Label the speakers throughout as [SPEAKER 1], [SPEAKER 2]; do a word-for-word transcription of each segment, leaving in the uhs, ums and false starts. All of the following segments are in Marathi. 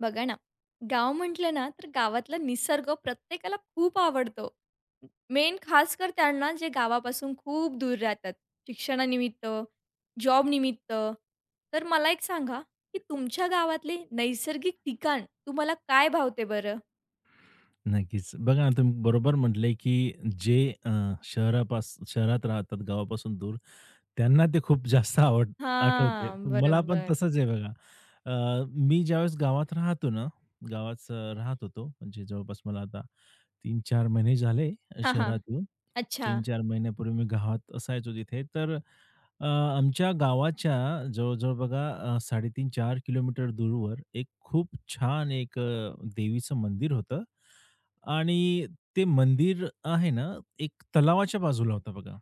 [SPEAKER 1] बघा ना, गाव म्हटलं ना, तर गावातला निसर्ग प्रत्येकाला खूप आवडतो. मेन खास खासकर त्यांना जे गावापासून खूप दूर राहतात, शिक्षणानिमित्त, जॉबनिमित्त. तर मला एक सांगा, की तुमच्या गावातले नैसर्गिक ठिकाण तुम्हाला काय भावते बरं?
[SPEAKER 2] नक्कीच. बघा ना, तुम्ही बरोबर म्हटले, की जे अ, शहरापास शहरात राहतात, गावापासून दूर, त्यांना ते खूप जास्त आवड आठवते.
[SPEAKER 1] हां,
[SPEAKER 2] पण मला पण
[SPEAKER 1] बरोबर.
[SPEAKER 2] तसंच आहे बघा. अ, मी ज्यावेळेस गावात राहतो ना, गावात अ, राहत होतो, म्हणजे जवळपास मला आता तीन चार महिने झाले
[SPEAKER 1] हां, हां.
[SPEAKER 2] शहरात येऊन.
[SPEAKER 1] अच्छा,
[SPEAKER 2] तीन चार महिन्यापूर्वी मी गावात असायचो तिथे. तर अ, आमच्या गावाच्या जवळ-जवळ बघा अ, साडेतीन-चार किलोमीटर दूरवर एक खूप छान एक अ, देवीचं मंदिर होतं आणि ते मंदिर आहे ना, एक तलावाच्या बाजूला होतं बघा.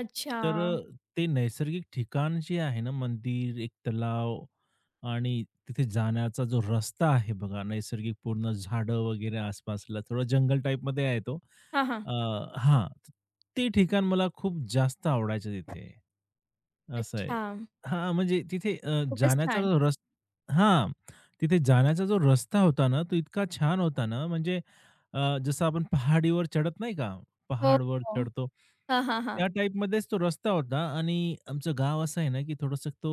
[SPEAKER 1] अच्छा.
[SPEAKER 2] तर अ, ते नैसर्गिक ठिकाण जे आहे ना, मंदिर, एक तलाव आणि तिथे जाण्याचा जो रस्ता आहे बघा, नैसर्गिक पूर्ण झाडं वगैरे आसपासला थोडं जंगल टाइपमध्ये आहे तो.
[SPEAKER 1] हां, हां.
[SPEAKER 2] अ, हां, ते ठिकाण मला खूप जास्त आवडायचं तिथे. असं आहे.
[SPEAKER 1] अच्छा.
[SPEAKER 2] हां, म्हणजे तिथे अ,
[SPEAKER 1] खूपच
[SPEAKER 2] जाण्याचा
[SPEAKER 1] छान.
[SPEAKER 2] जो रस हां, तिथे जाण्याचा जो रस्ता होता ना, तो इतका छान होता ना, म्हणजे अ, जसं आपण पहाडीवर चढत नाही का?
[SPEAKER 1] हो,
[SPEAKER 2] पहाडवर
[SPEAKER 1] हो.
[SPEAKER 2] चढतो.
[SPEAKER 1] हां, हां, हां.
[SPEAKER 2] त्या टाईपमध्येच तो रस्ता होता आणि आमचं गाव असं आहे ना, की थोडंसं तो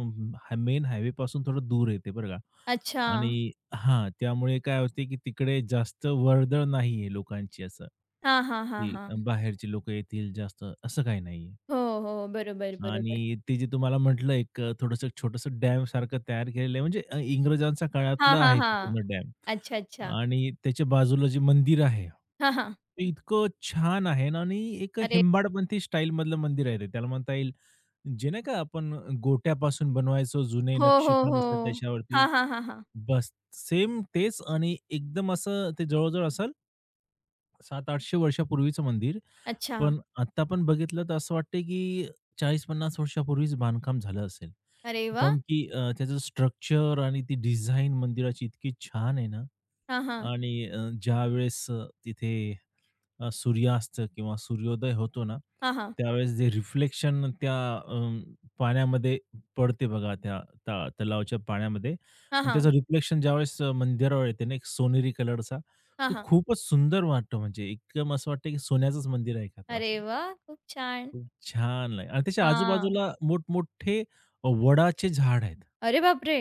[SPEAKER 2] अं, हा मेन हायवेपासून थोडं दूर येते बरं का
[SPEAKER 1] अच्छा.
[SPEAKER 2] आणि हां, त्यामुळे काय होते, की तिकडे जास्त वर्दळ नाहीये लोकांची असं,
[SPEAKER 1] हां, हां, हां,
[SPEAKER 2] की
[SPEAKER 1] हां.
[SPEAKER 2] बाहेरची लोकं येतील जास्त, असं काही नाहीये.
[SPEAKER 1] हो, हो. बरोबर, बरोबर.
[SPEAKER 2] आणि ते जे तुम्हाला म्हटलं एक अ, थोडंसं छोटंसं डॅम सारखं तयार केलेलं आहे म्हणजे अ, इंग्रजांच्या
[SPEAKER 1] हां,
[SPEAKER 2] काळातलं
[SPEAKER 1] हां,
[SPEAKER 2] आहे
[SPEAKER 1] हां.
[SPEAKER 2] ते पूर्ण डॅम.
[SPEAKER 1] अच्छा, अच्छा.
[SPEAKER 2] आणि त्याच्या बाजूला जे मंदिर आहे,
[SPEAKER 1] हां, हां.
[SPEAKER 2] ते इतकं छान आहे ना आणि एक
[SPEAKER 1] अरे
[SPEAKER 2] हेंबाडपंथी स्टाईलमधलं मंदिर आहे ते. त्याला म्हणता येईल जे नाही का आपण गोट्यापासून बनवायचो जुने
[SPEAKER 1] हो, हो,
[SPEAKER 2] नक्षीकाम
[SPEAKER 1] हो.
[SPEAKER 2] असतात त्याच्यावरती.
[SPEAKER 1] हां, हां, हां, हां.
[SPEAKER 2] बस सेम तेच आणि एकदम असं ते जवळ-जवळ असेल सातशे आठशे वर्षापूर्वीचं मंदिर.
[SPEAKER 1] अच्छा.
[SPEAKER 2] पण आत्ता पण बघितलं तर असं वाटतंय की चाळीस पन्नास वर्षापूर्वीच बांधकाम झालं असेल.
[SPEAKER 1] अरे वाह!
[SPEAKER 2] कारण की अ, त्याचं स्ट्रक्चर आणि ती डिझाइन मंदिराची इतकी छान आहे ना
[SPEAKER 1] हां, हां.
[SPEAKER 2] आणि अ, ज्यावेळेस अ, तिथे अ, सूर्यास्त किंवा सूर्योदय होतो ना,
[SPEAKER 1] हां, हां.
[SPEAKER 2] त्यावेळेस जे रिफ्लेक्शन त्या अं, पाण्यामध्ये पडते बघा, त्या ता तलावाच्या पाण्यामध्ये
[SPEAKER 1] हां,
[SPEAKER 2] आणि त्याचं
[SPEAKER 1] हां.
[SPEAKER 2] रिफ्लेक्शन ज्यावेळेस अ, मंदिरावर येते ना, एक सोनेरी कलरचा,
[SPEAKER 1] हां,
[SPEAKER 2] तो
[SPEAKER 1] हां.
[SPEAKER 2] खूपच सुंदर वाटतो. म्हणजे एकदम असं वाटतं की सोन्याचंच मंदिर आहे का ते
[SPEAKER 1] अरे
[SPEAKER 2] असं.
[SPEAKER 1] वाह! खूप छान.
[SPEAKER 2] खूप छान आहे आणि त्याच्या
[SPEAKER 1] हां.
[SPEAKER 2] आजूबाजूला मोठमोठे वडाचे झाड आहेत.
[SPEAKER 1] अरे बापरे!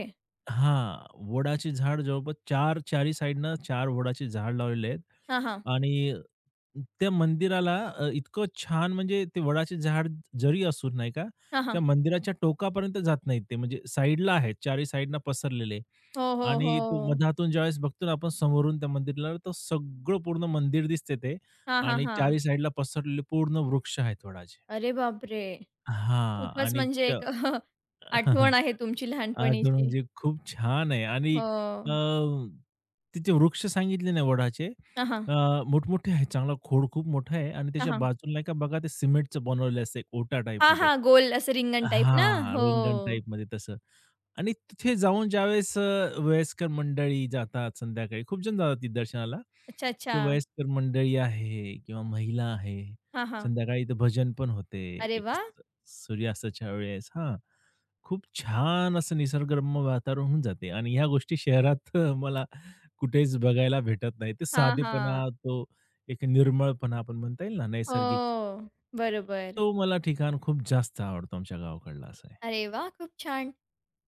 [SPEAKER 2] हां, वडाची झाड जवळपास चार चारी साइडनं चार वडाची झाड लावलेले आहेत
[SPEAKER 1] हां, हां.
[SPEAKER 2] आणि त्या मंदिराला अ, इतकं छान म्हणजे ते वडाचे झाड जरी असून नाही का,
[SPEAKER 1] हां, हां.
[SPEAKER 2] त्या मंदिराच्या टोकापर्यंत जात नाहीत ते म्हणजे साइडला आहेत, चारी साइडनं पसरलेले
[SPEAKER 1] हो, हो,
[SPEAKER 2] आणि तो
[SPEAKER 1] हो.
[SPEAKER 2] मधातून ज्यावेळेस बघतो ना आपण समोरून त्या मंदिराला तर सगळं पूर्ण मंदिर दिसते ते
[SPEAKER 1] हां, हां,
[SPEAKER 2] आणि
[SPEAKER 1] हां.
[SPEAKER 2] चारी साइडला पसरलेले पूर्ण वृक्ष आहेत वडाचे.
[SPEAKER 1] अरे बापरे!
[SPEAKER 2] हां
[SPEAKER 1] खूपच
[SPEAKER 2] आणि
[SPEAKER 1] म्हणजे
[SPEAKER 2] त्या
[SPEAKER 1] एक आठवण आहे तुमची
[SPEAKER 2] आठवण
[SPEAKER 1] लहानपणीची.
[SPEAKER 2] म्हणजे खूप छान आहे आणि
[SPEAKER 1] हो.
[SPEAKER 2] अ, तिचे वृक्ष सांगितले ना वडाचे
[SPEAKER 1] हां, हां.
[SPEAKER 2] अ, मोठमोठे आहेत. चांगला खोड खूप मोठा आहे आणि
[SPEAKER 1] हां,
[SPEAKER 2] त्याच्या
[SPEAKER 1] हां.
[SPEAKER 2] बाजूला नाही का बघा ते सिमेंटचं बनवलेलं असतं एक ओटा
[SPEAKER 1] हां,
[SPEAKER 2] टाईपमध्ये.
[SPEAKER 1] हां. गोल असं रिंगण टाइप ना?
[SPEAKER 2] हां,
[SPEAKER 1] हो.
[SPEAKER 2] रिंगण टाईपमध्ये तसं. आणि तिथे जाऊन ज्यावेळेस अ, वयस्कर मंडळी जातात संध्याकाळी, खूप जण जातात तिथे दर्शनाला.
[SPEAKER 1] अच्छा, अच्छा.
[SPEAKER 2] तर वयस्कर मंडळी आहे किंवा महिला आहे.
[SPEAKER 1] हां, हां.
[SPEAKER 2] संध्याकाळी इथं भजन पण होते,
[SPEAKER 1] अरे
[SPEAKER 2] एक स
[SPEAKER 1] वाह!
[SPEAKER 2] सूर्यास्ताच्या वेळेस हां. खूप छान असं निसर्गरम्य वातावरण होऊन जाते आणि ह्या गोष्टी शहरात मला कुठेच बघायला भेटत नाही. ते
[SPEAKER 1] हां, हां.
[SPEAKER 2] साधेपणा, तो एक निर्मळपणा आपण म्हणता येईल ना, नैसर्गिक,
[SPEAKER 1] हो, बरोबर.
[SPEAKER 2] तो मला ठिकाण खूप जास्त आवडतो आमच्या गावाकडला असं आहे.
[SPEAKER 1] अरे वा, खूप छान.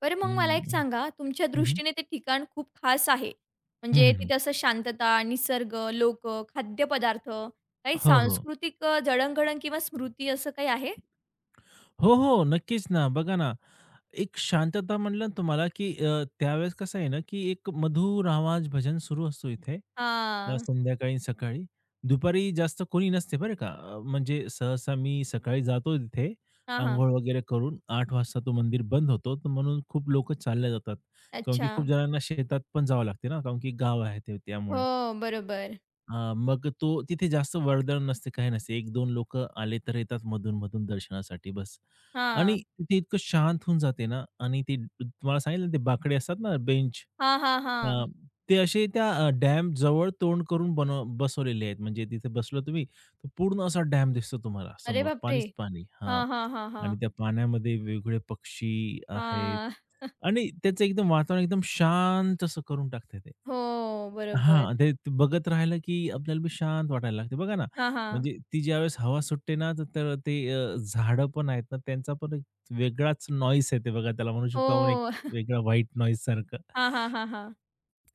[SPEAKER 1] बरं मग
[SPEAKER 2] हं,
[SPEAKER 1] मला
[SPEAKER 2] हं,
[SPEAKER 1] एक
[SPEAKER 2] हं.
[SPEAKER 1] सांगा, तुमच्या दृष्टीने ते ठिकाण खूप खास आहे. म्हणजे तिथे असं शांतता, निसर्ग, लोक, खाद्यपदार्थ, काही
[SPEAKER 2] हो, हो.
[SPEAKER 1] सांस्कृतिक अ, जडणघडण किंवा स्मृती असं काही आहे?
[SPEAKER 2] हो, हो. नक्कीच ना. बघा ना, एक शांतता म्हटलं ना तुम्हाला, की अ, त्यावेळेस कसं आहे ना, की एक मधुर आवाज भजन सुरू असतो इथे. अ,
[SPEAKER 1] हा,
[SPEAKER 2] संध्याकाळी, सकाळी. दुपारी जास्त कोणी नसते बरं का. अ, म्हणजे सहसा मी सकाळी जातो तिथे
[SPEAKER 1] हा, हां.
[SPEAKER 2] अंघोळ वगैरे करून. आठ वाजता तो मंदिर बंद होतो. तर म्हणून खूप लोकं चालल्या जातात. कारण की
[SPEAKER 1] अच्छा.
[SPEAKER 2] खूप जणांना शेतात पण जावं लागते ना, कारण की गाव आहे ते त्यामुळे.
[SPEAKER 1] हो, बरोबर.
[SPEAKER 2] हां, मग तो तिथे जास्त वर्दळ नसते, काही नसते. एक दोन लोकं आले तर येतात मधून-मधून दर्शनासाठी बस. आणि
[SPEAKER 1] हां.
[SPEAKER 2] तिथे इतकं शांत होऊन जाते ना आणि ते तुम्हाला सांगितलं ना ते बाकडे असतात ना बेंच
[SPEAKER 1] हां, हां,
[SPEAKER 2] अ,
[SPEAKER 1] हां.
[SPEAKER 2] ते असे त्या अ, डॅम जवळ तोंड करून बनव बसवलेले आहेत. म्हणजे तिथे बसलो तुम्ही, तर पूर्ण असा डॅम दिसतो तुम्हाला
[SPEAKER 1] अरे
[SPEAKER 2] समोर.
[SPEAKER 1] बापरे!
[SPEAKER 2] पाणीच पाणी. हां.
[SPEAKER 1] हां, हां, हां, हां.
[SPEAKER 2] आणि त्या पाण्यामध्ये वेगवेगळे पक्षी आहेत
[SPEAKER 1] हां.
[SPEAKER 2] आणि त्याचं एकदम वातावरण एकदम शांत असं करून टाकते ते.
[SPEAKER 1] हो, बरोबर.
[SPEAKER 2] हां, ते ते बघत राहिलं, की आपल्याला बी शांत वाटायला लागते. बघा ना,
[SPEAKER 1] हां, हां.
[SPEAKER 2] म्हणजे ती ज्यावेळेस हवा सुटते ना, तर तर ते अ, झाडं पण आहेत ना, त्यांचा पण एक वेगळाच नॉईज येते बघा. त्याला म्हणू शकतो आपण एक
[SPEAKER 1] हो.
[SPEAKER 2] वेगळा व्हाईट नॉईज सारखं.
[SPEAKER 1] हां, हां, हां, हां.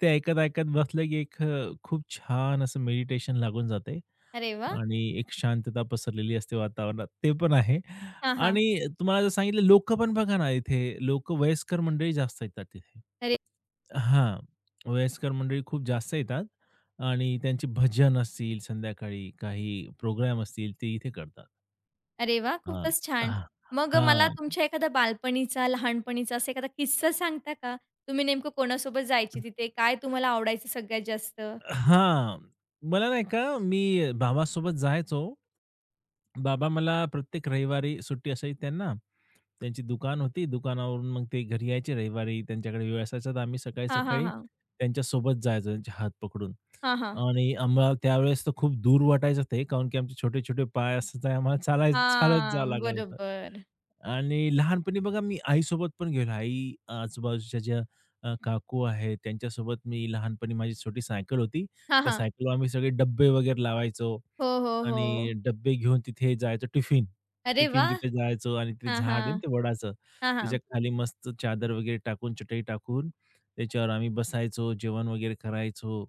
[SPEAKER 2] ते ऐकत-ऐकत बसलं की एक अ, खूप छान असं मेडिटेशन लागून जाते
[SPEAKER 1] अरे वाह!
[SPEAKER 2] आणि एक शांतता पसरलेली असते वातावरणात. ते पण आहे
[SPEAKER 1] हां, हां.
[SPEAKER 2] आणि तुम्हाला जर सांगितलं लोकं पण बघा ना इथे लोकं वयस्कर मंडळी जास्त येतात तिथे.
[SPEAKER 1] अरे
[SPEAKER 2] हां, वयस्कर मंडळी खूप जास्त येतात आणि त्यांची भजन असतील संध्याकाळी काही प्रोग्राम असतील ते इथे करतात.
[SPEAKER 1] अरे वाह!
[SPEAKER 2] हां.
[SPEAKER 1] खूपच छान.
[SPEAKER 2] हां.
[SPEAKER 1] मग अ, मला
[SPEAKER 2] हां.
[SPEAKER 1] तुमच्या एखादा बालपणीचा, लहानपणीचा असा एखादा किस्सा सांगता का? तुम्ही नेमकं कोणासोबत जायचे तिथे? काय तुम्हाला आवडायचं सगळ्यात जास्त?
[SPEAKER 2] हां. मला नाही का मी बाबासोबत जायचो. बाबा मला प्रत्येक रविवारी सुट्टी असायची त्यांना. त्यांची दुकान होती. दुकानावरून मग ते घरी यायचे रविवारी. त्यांच्याकडे वेळ असायचा तर आम्ही
[SPEAKER 1] हां, हां,
[SPEAKER 2] सकाळी-सकाळी
[SPEAKER 1] हां.
[SPEAKER 2] त्यांच्यासोबत जायचो त्यांचे हात पकडून.
[SPEAKER 1] हां, हां.
[SPEAKER 2] आणि आम्हाला त्यावेळेस तर खूप दूर वाटायचं ते, काहून की आमचे छोटे-छोटे पाय असं ते आम्हाला चालाय चालत जावं
[SPEAKER 1] हां,
[SPEAKER 2] लागत होतं.
[SPEAKER 1] बरोबर.
[SPEAKER 2] आणि लहानपणी बघा मी आईसोबत पण गेलो. आई आजूबाजूच्या ज्या अ, काकू आहेत त्यांच्यासोबत मी लहानपणी माझी छोटी सायकल होती.
[SPEAKER 1] हां,
[SPEAKER 2] त्या
[SPEAKER 1] हां.
[SPEAKER 2] सायकलवर आम्ही सगळे डब्बे वगैरे लावायचो
[SPEAKER 1] हो, हो, हो.
[SPEAKER 2] आणि डब्बे घेऊन तिथे जायचो टिफिन.
[SPEAKER 1] अरे
[SPEAKER 2] टिफिन
[SPEAKER 1] वाह!
[SPEAKER 2] तिथे जायचो आणि ते
[SPEAKER 1] हां,
[SPEAKER 2] झाड आहे ना
[SPEAKER 1] हां.
[SPEAKER 2] ते वडाचं,
[SPEAKER 1] हां, हां.
[SPEAKER 2] त्याच्या खाली मस्त चादर वगैरे टाकून, चटई टाकून त्याच्यावर आम्ही बसायचो, जेवण वगैरे करायचो.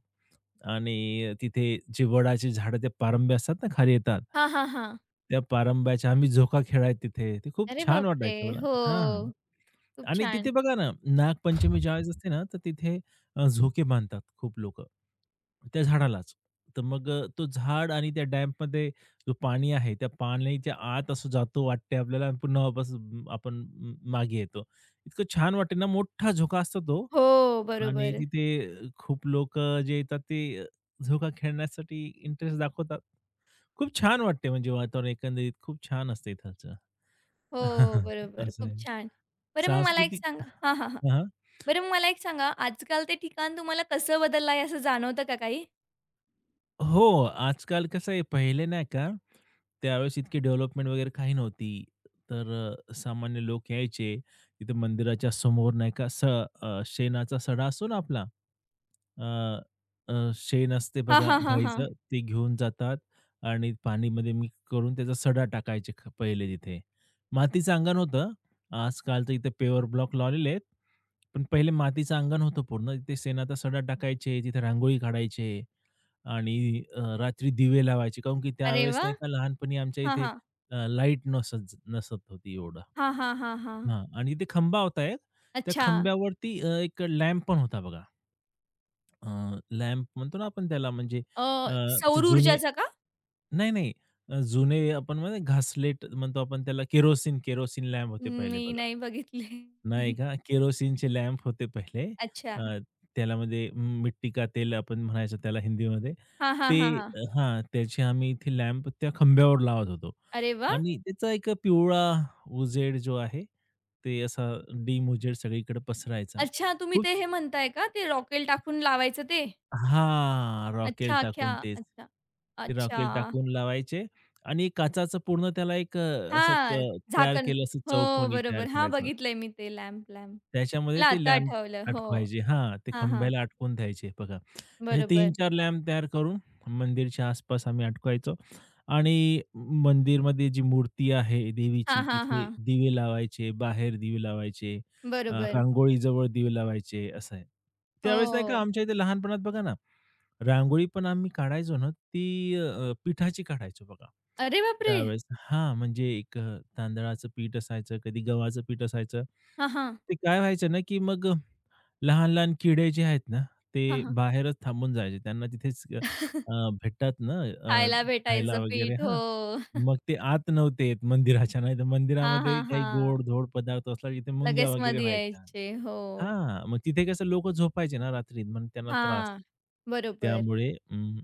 [SPEAKER 2] आणि तिथे जे वडाची झाडं, त्या पारंब्या असतात ना, खाली येतात.
[SPEAKER 1] हां, हां, हां.
[SPEAKER 2] त्या पारंब्याच्या आम्ही झोका खेळायचो तिथे. ते खूप
[SPEAKER 1] अरे
[SPEAKER 2] छान
[SPEAKER 1] बापरे!
[SPEAKER 2] वाटायचं मला.
[SPEAKER 1] हो.
[SPEAKER 2] हां.
[SPEAKER 1] खूप
[SPEAKER 2] आणि तिथे
[SPEAKER 1] छान.
[SPEAKER 2] बघा ना, नागपंचमी ज्यावेळेस असते ना, तर तिथे अ, झोके बांधतात खूप लोकं, त्या झाडालाच. तर मग अ, तो झाड आणि त्या डॅम्पमध्ये जो पाणी आहे, त्या पाण्याच्या आत असं जातो वाटते आपल्याला आणि पुन्हा वापस अम, आपण म मागे येतो. इतकं छान वाटे ना, मोठा झोका असतो तो
[SPEAKER 1] हो,
[SPEAKER 2] आणि
[SPEAKER 1] बरोबर.
[SPEAKER 2] तिथे अ, खूप लोक जे येतात ते अ, झोका खेळण्यासाठी इंटरेस्ट दाखवतात. खूप छान वाटते म्हणजे वातावरण एकंदरीत खूप छान असते इथालचं.
[SPEAKER 1] हो, बरोबर.
[SPEAKER 2] असं
[SPEAKER 1] खूप
[SPEAKER 2] आहे.
[SPEAKER 1] छान. बरं मग मला एक
[SPEAKER 2] सांस्कृतिक
[SPEAKER 1] सांगा हां, हां, हां.
[SPEAKER 2] हां, हां.
[SPEAKER 1] बरं मग मला एक सांगा आजकाल ते ठिकाण तुम्हाला कसं बदललं आहे असं जाणवतं का काही?
[SPEAKER 2] हो, आजकाल कसं आहे पहिले नाही का, त्यावेळेस इतकी डेव्हलपमेंट वगैरे काही नव्हती. तर अ, सामान्य लोक यायचे. तिथे मंदिराच्या समोर नाही का स अ, शेणाचा सडा असतो ना आपला. अ, अ, शेण असते
[SPEAKER 1] हां,
[SPEAKER 2] बघा
[SPEAKER 1] हां, हां, हां.
[SPEAKER 2] गाईचं, ते घेऊन जातात आणि पाणीमध्ये मिक्स करून त्याचा सडा टाकायचे ख पहिले तिथे. मातीचं अंगण होतं. आजकाल तर इथे पेवर ब्लॉक लावलेले आहेत. पण पहिले मातीचं अंगण होतं पूर्ण. तिथे शेणाचा सडा टाकायचे, तिथे रांगोळी काढायचे. आणि अ, रात्री दिवे लावायचे. काहून की
[SPEAKER 1] अरे
[SPEAKER 2] त्यावेळेस
[SPEAKER 1] वाह!
[SPEAKER 2] नाही का लहानपणी आमच्या
[SPEAKER 1] हां,
[SPEAKER 2] इथे
[SPEAKER 1] हां.
[SPEAKER 2] अ, लाईट नसत नसत होती एवढं.
[SPEAKER 1] हां, हां, हां, हां.
[SPEAKER 2] हां आणि ते खंबा होता एक. त्या
[SPEAKER 1] अच्छा.
[SPEAKER 2] खंब्यावरती अ, एक लॅम्प पण होता बघा. अ, लॅम्प म्हणतो ना आपण त्याला म्हणजे
[SPEAKER 1] अ
[SPEAKER 2] अ, ते
[SPEAKER 1] सौर
[SPEAKER 2] जुने
[SPEAKER 1] ऊर्जाचा का?
[SPEAKER 2] नाही, नाही. अ, जुने आपण म्हणजे घासलेट म्हणतो आपण त्याला केरोसिन, केरोसिन लॅम्प होते पहिले
[SPEAKER 1] मी
[SPEAKER 2] बघा.
[SPEAKER 1] नाही बघितले.
[SPEAKER 2] नाही का? केरोसिनचे लॅम्प होते पहिले.
[SPEAKER 1] अच्छा.
[SPEAKER 2] अ, त्याला म्हणजे मिट्टी का तेल आपण म्हणायचो त्याला हिंदीमध्ये.
[SPEAKER 1] हां, हां,
[SPEAKER 2] ते
[SPEAKER 1] हां, हां.
[SPEAKER 2] हां, त्याचे आम्ही इथे लॅम्प त्या खांब्यावर लावत होतो
[SPEAKER 1] अरे वाह!
[SPEAKER 2] आणि त्याचा एक पिवळा उजेड जो आहे, ते असा डिम उजेड सगळीकडे पसरायचा.
[SPEAKER 1] अच्छा, तुम्ही
[SPEAKER 2] खूप
[SPEAKER 1] ते हे म्हणताय का ते रॉकेल टाकून लावायचं ते?
[SPEAKER 2] हां, रॉकेल
[SPEAKER 1] अच्छा, अख्ख्या
[SPEAKER 2] टाकून तेच.
[SPEAKER 1] अच्छा.
[SPEAKER 2] ते
[SPEAKER 1] अच्छा.
[SPEAKER 2] रॉकेल टाकून लावायचे आणि काचाचं पूर्ण त्याला एक अ, असं क
[SPEAKER 1] हां,
[SPEAKER 2] तयार
[SPEAKER 1] झाकण.
[SPEAKER 2] केलं असं
[SPEAKER 1] हो,
[SPEAKER 2] चौकोनी तयार
[SPEAKER 1] बरोबर. हां,
[SPEAKER 2] करायचं.
[SPEAKER 1] बघितलंय मी ते लॅम्प, लॅम्प.
[SPEAKER 2] त्याच्यामध्ये
[SPEAKER 1] मला
[SPEAKER 2] ते
[SPEAKER 1] आता
[SPEAKER 2] लॅम्प
[SPEAKER 1] आठवलं. हो.
[SPEAKER 2] अटकवायचे हां, ते
[SPEAKER 1] हां, हां.
[SPEAKER 2] खांब्याला अटकवून द्यायचे बघा. असे
[SPEAKER 1] बरोबर.
[SPEAKER 2] तीन चार लॅम्प तयार करून मंदिरच्या आसपास आम्ही अटकवायचो आणि मंदिरमध्ये जी मूर्ती आहे
[SPEAKER 1] हां,
[SPEAKER 2] देवीची,
[SPEAKER 1] हां,
[SPEAKER 2] तिथे
[SPEAKER 1] हां.
[SPEAKER 2] दिवे लावायचे, बाहेर दिवे लावायचे, अ,
[SPEAKER 1] बरोबर.
[SPEAKER 2] रांगोळीजवळ दिवे लावायचे, असं आहे. त्यावेळेस नाही का
[SPEAKER 1] हो.
[SPEAKER 2] आमच्या इथे लहानपणात बघा ना, रांगोळी पण आम्ही काढायचो ना, ती अ, पिठाची काढायचो बघा.
[SPEAKER 1] अरे बापरे!
[SPEAKER 2] त्यावेळेस हां, म्हणजे एक अ, तांदळाचं पीठ असायचं, कधी गव्हाचं पीठ असायचं.
[SPEAKER 1] हां, हां.
[SPEAKER 2] ते काय व्हायचं ना, की मग लहान-लहान किडे जे आहेत ना,
[SPEAKER 1] हां,
[SPEAKER 2] ते
[SPEAKER 1] हां.
[SPEAKER 2] बाहेरच थांबून जायचे. त्यांना तिथेच अ, अ, भेटतात ना अ,
[SPEAKER 1] खायला
[SPEAKER 2] खायला
[SPEAKER 1] भेटायचं
[SPEAKER 2] वगैरे
[SPEAKER 1] पीठ.
[SPEAKER 2] हां.
[SPEAKER 1] हो.
[SPEAKER 2] मग ते आत नव्हते येत मंदिराच्या. नाहीतर
[SPEAKER 1] हां,
[SPEAKER 2] मंदिरामध्ये
[SPEAKER 1] हां,
[SPEAKER 2] काही
[SPEAKER 1] हां.
[SPEAKER 2] गोड-धोड पदार्थ असला की, तिथे मुंग्या
[SPEAKER 1] लगेच
[SPEAKER 2] वगैरे
[SPEAKER 1] मध्ये
[SPEAKER 2] व्हायच्या.
[SPEAKER 1] यायचे. हो.
[SPEAKER 2] हां, मग तिथे कसं लोकं झोपायचे ना रात्री, मग त्यांना त्रास.
[SPEAKER 1] हां. बरोबर.
[SPEAKER 2] त्यामुळे अं,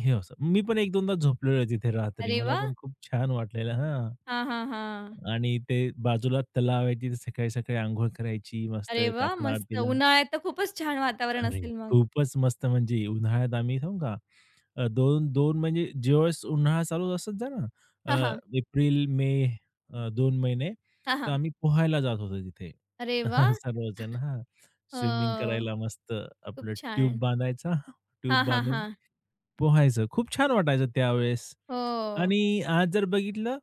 [SPEAKER 2] हे असं. मी पण एक-2दा झोपलेलो तिथे रात्री.
[SPEAKER 1] अरे
[SPEAKER 2] मला
[SPEAKER 1] वाह!
[SPEAKER 2] पण खूप छान वाटलेलं हां.
[SPEAKER 1] हां, हां, हां.
[SPEAKER 2] आणि ते बाजूला तलाव आहे. तिथे सकाळी-सकाळी अंघोळ करायची, मस्त
[SPEAKER 1] अरे वाह!
[SPEAKER 2] काकड
[SPEAKER 1] मस्त.
[SPEAKER 2] आरतीला
[SPEAKER 1] उन्हाळ्यात तर खूपच छान वातावरण
[SPEAKER 2] अरे!
[SPEAKER 1] असेल मग.
[SPEAKER 2] खूपच मस्त म्हणजे उन्हाळ्यात आम्ही सांगू का अ, दोन दोन म्हणजे ज्यावेळेस उन्हाळा चालू असत जा ना,
[SPEAKER 1] हां,
[SPEAKER 2] अ,
[SPEAKER 1] हां.
[SPEAKER 2] एप्रिल, मे अ, दोन महिने
[SPEAKER 1] हां,
[SPEAKER 2] तर
[SPEAKER 1] हां.
[SPEAKER 2] आम्ही पोहायला जात होतो तिथे.
[SPEAKER 1] अरे वाह!
[SPEAKER 2] सर्वजण हां, स्विमिंग
[SPEAKER 1] हो.
[SPEAKER 2] करायला मस्त
[SPEAKER 1] खूप
[SPEAKER 2] आपलं ट्यूब
[SPEAKER 1] छान.
[SPEAKER 2] बांधायचा,
[SPEAKER 1] हां,
[SPEAKER 2] ट्यूब
[SPEAKER 1] हां,
[SPEAKER 2] बांधून
[SPEAKER 1] हां.
[SPEAKER 2] पोहायचं. खूप छान वाटायचं त्यावेळेस.
[SPEAKER 1] हो.
[SPEAKER 2] आणि आज जर बघितलं,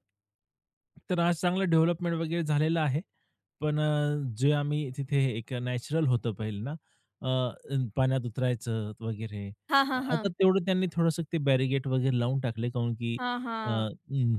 [SPEAKER 2] तर आज चांगलं डेव्हलपमेंट वगैरे झालेलं आहे. पण अ, जे आम्ही तिथे एक नॅचरल होतं पहिलं ना, अ, पाण्यात उतरायचं वगैरे.
[SPEAKER 1] हां, हां, हां.
[SPEAKER 2] आता तेवढं त्यांनी थोडंसं ते बॅरिगेट वगैरे लावून टाकले, काऊन की
[SPEAKER 1] हां,
[SPEAKER 2] अ,
[SPEAKER 1] हां.
[SPEAKER 2] हं,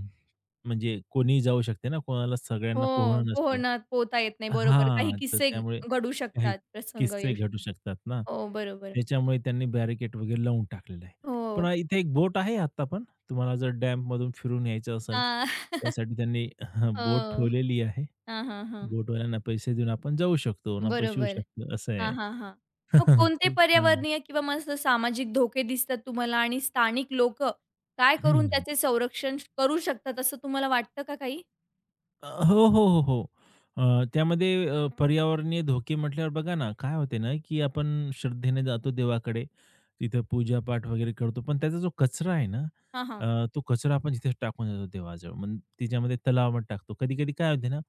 [SPEAKER 2] म्हणजे कोणीही जाऊ शकते ना, कोणाला सगळ्यांना
[SPEAKER 1] हो.
[SPEAKER 2] पोहणं नसते.
[SPEAKER 1] पोहणं पोहता येत नाही. बरोबर. काही
[SPEAKER 2] हां, तर
[SPEAKER 1] किस्से
[SPEAKER 2] त्यामुळे
[SPEAKER 1] घडू
[SPEAKER 2] काही
[SPEAKER 1] शकतात. प्रसंग येऊ
[SPEAKER 2] किस्से घडू
[SPEAKER 1] शकतो.
[SPEAKER 2] शकतात ना.
[SPEAKER 1] हो, बरोबर.
[SPEAKER 2] त्याच्यामुळे त्यांनी बॅरिकेड वगैरे लावून टाकलेलं आहे. पण
[SPEAKER 1] हो.
[SPEAKER 2] अ, इथे एक बोट आहे आता पण. तुम्हाला जर डॅममधून फिरून यायचं असेल,
[SPEAKER 1] हां.
[SPEAKER 2] त्यासाठी त्यांनी बोट
[SPEAKER 1] हो.
[SPEAKER 2] ठेवलेली आहे.
[SPEAKER 1] हां, हां, हां.
[SPEAKER 2] बोटवाल्यांना पैसे देऊन आपण जाऊ शकतो, आपण शिवू
[SPEAKER 1] बरोबर.
[SPEAKER 2] शकतो, असं
[SPEAKER 1] हां,
[SPEAKER 2] आहे.
[SPEAKER 1] हां, हां. मग कोणते
[SPEAKER 2] खूप छान.
[SPEAKER 1] पर्यावरणीय किंवा मस्त सामाजिक धोके दिसतात तुम्हाला आणि स्थानिक लोकं काय करून
[SPEAKER 2] हं.
[SPEAKER 1] त्याचे संरक्षण करू शकतात असं तुम्हाला वाटतं का काही?
[SPEAKER 2] अ, हो, हो, हो, हो. अ, त्यामध्ये अ, पर्यावरणीय धोके म्हटल्यावर बघा ना, काय होते ना, की आपण श्रद्धेने जातो देवाकडे, तिथं पूजा-पाठ वगैरे करतो. पण त्याचा जो कचरा आहे ना,
[SPEAKER 1] हां, हां.
[SPEAKER 2] अ, तो कचरा आपण जिथे टाकून देतो देवाजवळ. मग तिच्यामध्ये तलावामध्ये टाकतो. कधी-कधी काय होते ना,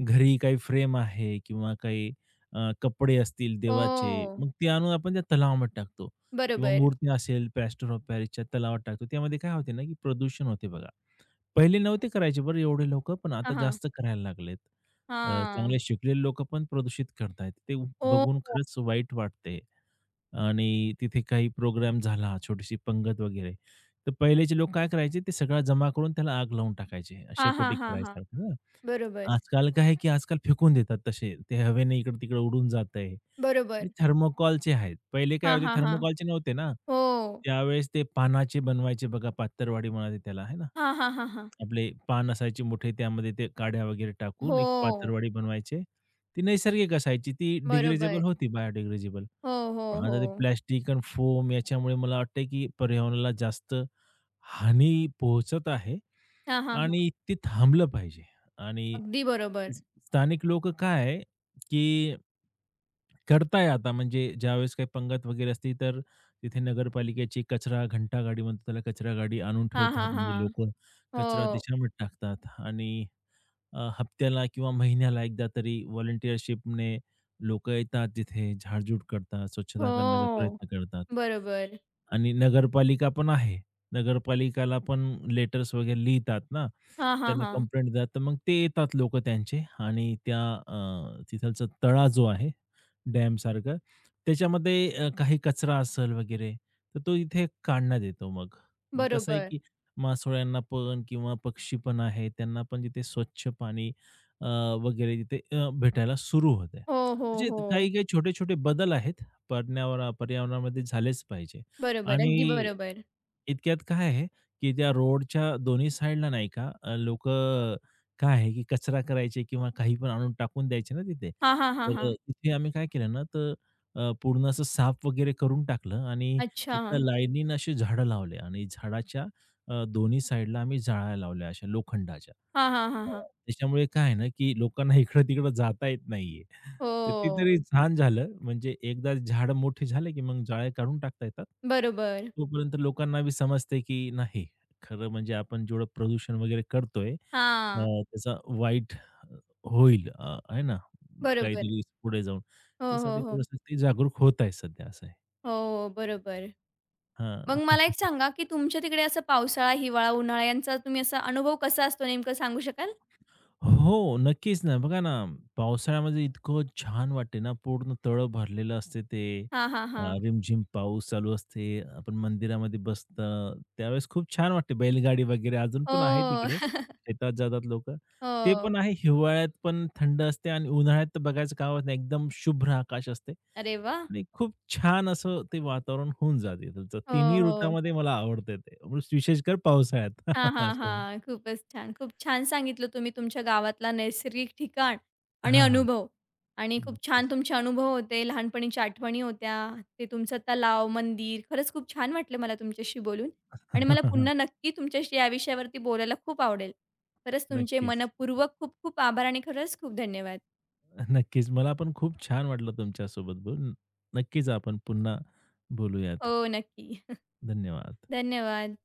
[SPEAKER 2] घरी काही फ्रेम आहे किंवा काही अ, कपडे असतील देवाचे,
[SPEAKER 1] हो,
[SPEAKER 2] मग ते आणून आपण त्या तलावामध्ये टाकतो किंवा
[SPEAKER 1] बरोबर.
[SPEAKER 2] मूर्ती असेल, प्लॅस्टर ऑफ पॅरिसच्या तलावात टाकतो. त्यामध्ये काय होते ना, की प्रदूषण होते बघा. पहिले नव्हते करायचे बरं एवढे लोकं, पण
[SPEAKER 1] हां,
[SPEAKER 2] आता
[SPEAKER 1] हां.
[SPEAKER 2] जास्त करायला लागलेत. अ,
[SPEAKER 1] हां.
[SPEAKER 2] चांगले शिकलेले लोकं पण प्रदूषित करतायत. ते
[SPEAKER 1] हो,
[SPEAKER 2] बघून
[SPEAKER 1] हो.
[SPEAKER 2] खरंच वाईट वाटते. आणि तिथे काही प्रोग्राम झाला, छोटीशी पंगत वगैरे, तर पहिलेचे लोक काय करायचे, ते सगळा जमा करून त्याला आग लावून टाकायचे,
[SPEAKER 1] हां, हां,
[SPEAKER 2] शेकोटी
[SPEAKER 1] हां, हां.
[SPEAKER 2] करायसारखं ना.
[SPEAKER 1] बरोबर.
[SPEAKER 2] आजकाल काय आहे, की आजकाल फेकून देतात तसे. ते हवेने इकडं-तिकडं उडून जातंय
[SPEAKER 1] बरोबर.
[SPEAKER 2] आणि थर्मोकॉलचे आहेत. पहिले काय
[SPEAKER 1] हां,
[SPEAKER 2] होते,
[SPEAKER 1] हां, हां.
[SPEAKER 2] थर्मोकॉलचे नव्हते ना.
[SPEAKER 1] हो.
[SPEAKER 2] त्यावेळेस ते पानाचे बनवायचे बघा, पातरवडी म्हणायचे त्याला, आहे ना.
[SPEAKER 1] हां, हां, हां, हां.
[SPEAKER 2] आपले पान असायचे मोठे, त्यामध्ये ते काड्या वगैरे टाकून एक
[SPEAKER 1] हो,
[SPEAKER 2] पातरवडी बनवायचे. ती नैसर्गिक असायची, ती
[SPEAKER 1] बरोबर.
[SPEAKER 2] डिग्रेडेबल होती, बायोडिग्रेडेबल.
[SPEAKER 1] हो, हो,
[SPEAKER 2] पण
[SPEAKER 1] हो.
[SPEAKER 2] आता ते प्लास्टिक आणि फोम याच्यामुळे मला वाटतंय, की पर्यावरणाला जास्त हानी पोहोचत आहे
[SPEAKER 1] हां, हां, हां.
[SPEAKER 2] आणि ते थांबलं पाहिजे. आणि
[SPEAKER 1] अगदी बरोबर.
[SPEAKER 2] स स्थानिक लोक काय आहे, की करताय आता म्हणजे ज्यावेळेस काही पंगत वगैरे असते, तर तिथे नगरपालिकेची कचरा घंटा गाडी म्हणतो त्याला, कचरा गाडी आणून
[SPEAKER 1] हां,
[SPEAKER 2] ठेवतात.
[SPEAKER 1] हां,
[SPEAKER 2] म्हणजे
[SPEAKER 1] हां.
[SPEAKER 2] लोकं
[SPEAKER 1] हो,
[SPEAKER 2] कचरा त्याच्यामध्ये टाकतात आणि अ, हप्त्याला किंवा महिन्याला एकदा तरी व्हॉलंटिअरशिपने लोकं येतात तिथे, झाडझूड करतात, स्वच्छता करण्याचा
[SPEAKER 1] हो.
[SPEAKER 2] प्रयत्न करतात.
[SPEAKER 1] बरोबर.
[SPEAKER 2] आणि नगरपालिका पण आहे. नगरपालिकाला पण लेटर्स वगैरे लिहितात ना,
[SPEAKER 1] हां, हां,
[SPEAKER 2] त्यांना
[SPEAKER 1] हां.
[SPEAKER 2] कंप्लेंट देतात. तर मग ते येतात लोकं त्यांचे आणि त्या अ, तिथलचा तळा जो आहे डॅमसारखं, त्याच्यामध्ये अ, काही कचरा असेल वगैरे, तर तो इथे काढण्यात येतो मग. मग कसं
[SPEAKER 1] बरोबर.
[SPEAKER 2] आहे मासोळ्यांना पण किंवा पक्षी पण आहेत, त्यांना पण तिथे स्वच्छ पाणी अ, वगैरे तिथे अ, भेटायला सुरू होत आहे.
[SPEAKER 1] हो, हो,
[SPEAKER 2] म्हणजे
[SPEAKER 1] हो.
[SPEAKER 2] काही-काही छोटे-छोटे बदल आहेत, पर्यावरण पर्यावरणामध्ये झालेच पाहिजे.
[SPEAKER 1] बरोबर, अगदी
[SPEAKER 2] आणि
[SPEAKER 1] बरोबर.
[SPEAKER 2] इतक्यात काय आहे, की त्या रोडच्या दोन्ही साईडला नाही का अ, लोकं काय आहे, की कचरा करायचे किंवा काही पण आणून टाकून द्यायचे ना तिथे.
[SPEAKER 1] हां, हां, हां, हां.
[SPEAKER 2] तर तिथे आम्ही काय केलं ना, तर अ, पूर्ण असं साफ वगैरे करून टाकलं आणि
[SPEAKER 1] अच्छा.
[SPEAKER 2] एका लाईनीनं अशी झाडं लावले आणि झाडाच्या अ, दोन्ही साइडला आम्ही जाळ्या लावल्या अशा लोखंडाच्या.
[SPEAKER 1] हां, हां, हां, हां.
[SPEAKER 2] हां. त्याच्यामुळे काय आहे ना, की लोकांना इकडं-तिकडं जाता येत नाहीये. तर ते
[SPEAKER 1] हो.
[SPEAKER 2] तरी छान झालं. म्हणजे एकदा झाडं मोठी झाले, की मग जाळे काढून टाकता येतात.
[SPEAKER 1] बरोबर.
[SPEAKER 2] तोपर्यंत लोकांना बी समजते, की नाही खरं म्हणजे आपण जेवढं प्रदूषण वगैरे करतोय अ,
[SPEAKER 1] हां.
[SPEAKER 2] त्याचा वाईट होईल अ, आहे ना,
[SPEAKER 1] बरोबर.
[SPEAKER 2] काहीतरी पुढे जाऊन.
[SPEAKER 1] हो, हो,
[SPEAKER 2] त्यासाठी
[SPEAKER 1] हो.
[SPEAKER 2] थोडंसं ते जागरूक होत आहे सध्या असं आहे.
[SPEAKER 1] हो, बरोबर. मग मला एक
[SPEAKER 2] हां.
[SPEAKER 1] सांगा, की तुमच्या तिकडे असं पावसाळा, हिवाळा, उन्हाळा यांचा तुम्ही असा अनुभव कसा असतो नेमकं सांगू शकाल?
[SPEAKER 2] हो, नक्कीच ना. बघा ना, पावसाळ्यामध्ये इतकं छान वाटते ना, पूर्ण तळं भरलेलं असते ते.
[SPEAKER 1] हां, हां,
[SPEAKER 2] अ,
[SPEAKER 1] हां.
[SPEAKER 2] रिमझिम पाऊस चालू असते. आपण मंदिरामध्ये बसतं. त्यावेळेस खूप छान वाटते. बैलगाडी वगैरे अजून पण आहे
[SPEAKER 1] हो.
[SPEAKER 2] तिकडे. शेतात जातात लोकं. ते पण
[SPEAKER 1] हो.
[SPEAKER 2] आहे. हिवाळ्यात पण थंड असते आणि उन्हाळ्यात तर बघायचं कामच नाही. एकदम शुभ्र आकाश असते
[SPEAKER 1] अरे वाह!
[SPEAKER 2] आणि खूप छान असं ते वातावरण होऊन जाते तुमचं.
[SPEAKER 1] हो,
[SPEAKER 2] तिन्ही
[SPEAKER 1] हो.
[SPEAKER 2] ऋतूमध्ये मला आवडतं ते. विशेषकर पावसाळ्यात.
[SPEAKER 1] हां, हां,
[SPEAKER 2] असं आहे.
[SPEAKER 1] हां. खूपच छान. खूप छान सांगितलं तुम्ही तुमच्या गावातला नैसर्गिक ठिकाण आणि
[SPEAKER 2] हां, हां.
[SPEAKER 1] अनुभव आणि खूप छान
[SPEAKER 2] नक्कीच.
[SPEAKER 1] तुमचे अनुभव होते. लहानपणीच्या आठवणी होत्या. ते तुमचं तलाव, मंदिर खरंच खूप छान वाटलं मला तुमच्याशी बोलून आणि मला पुन्हा नक्की तुमच्याशी या विषयावरती बोलायला खूप आवडेल. खरंच तुमचे
[SPEAKER 2] नक्कीच.
[SPEAKER 1] मनःपूर्वक खूप खूप आभार आणि खरंच खूप धन्यवाद.
[SPEAKER 2] नक्कीच. मला पण खूप छान वाटलं तुमच्यासोबत बोलून. नक्कीच आपण पुन्हा बोलूयात.
[SPEAKER 1] हो, नक्की.
[SPEAKER 2] धन्यवाद.
[SPEAKER 1] धन्यवाद.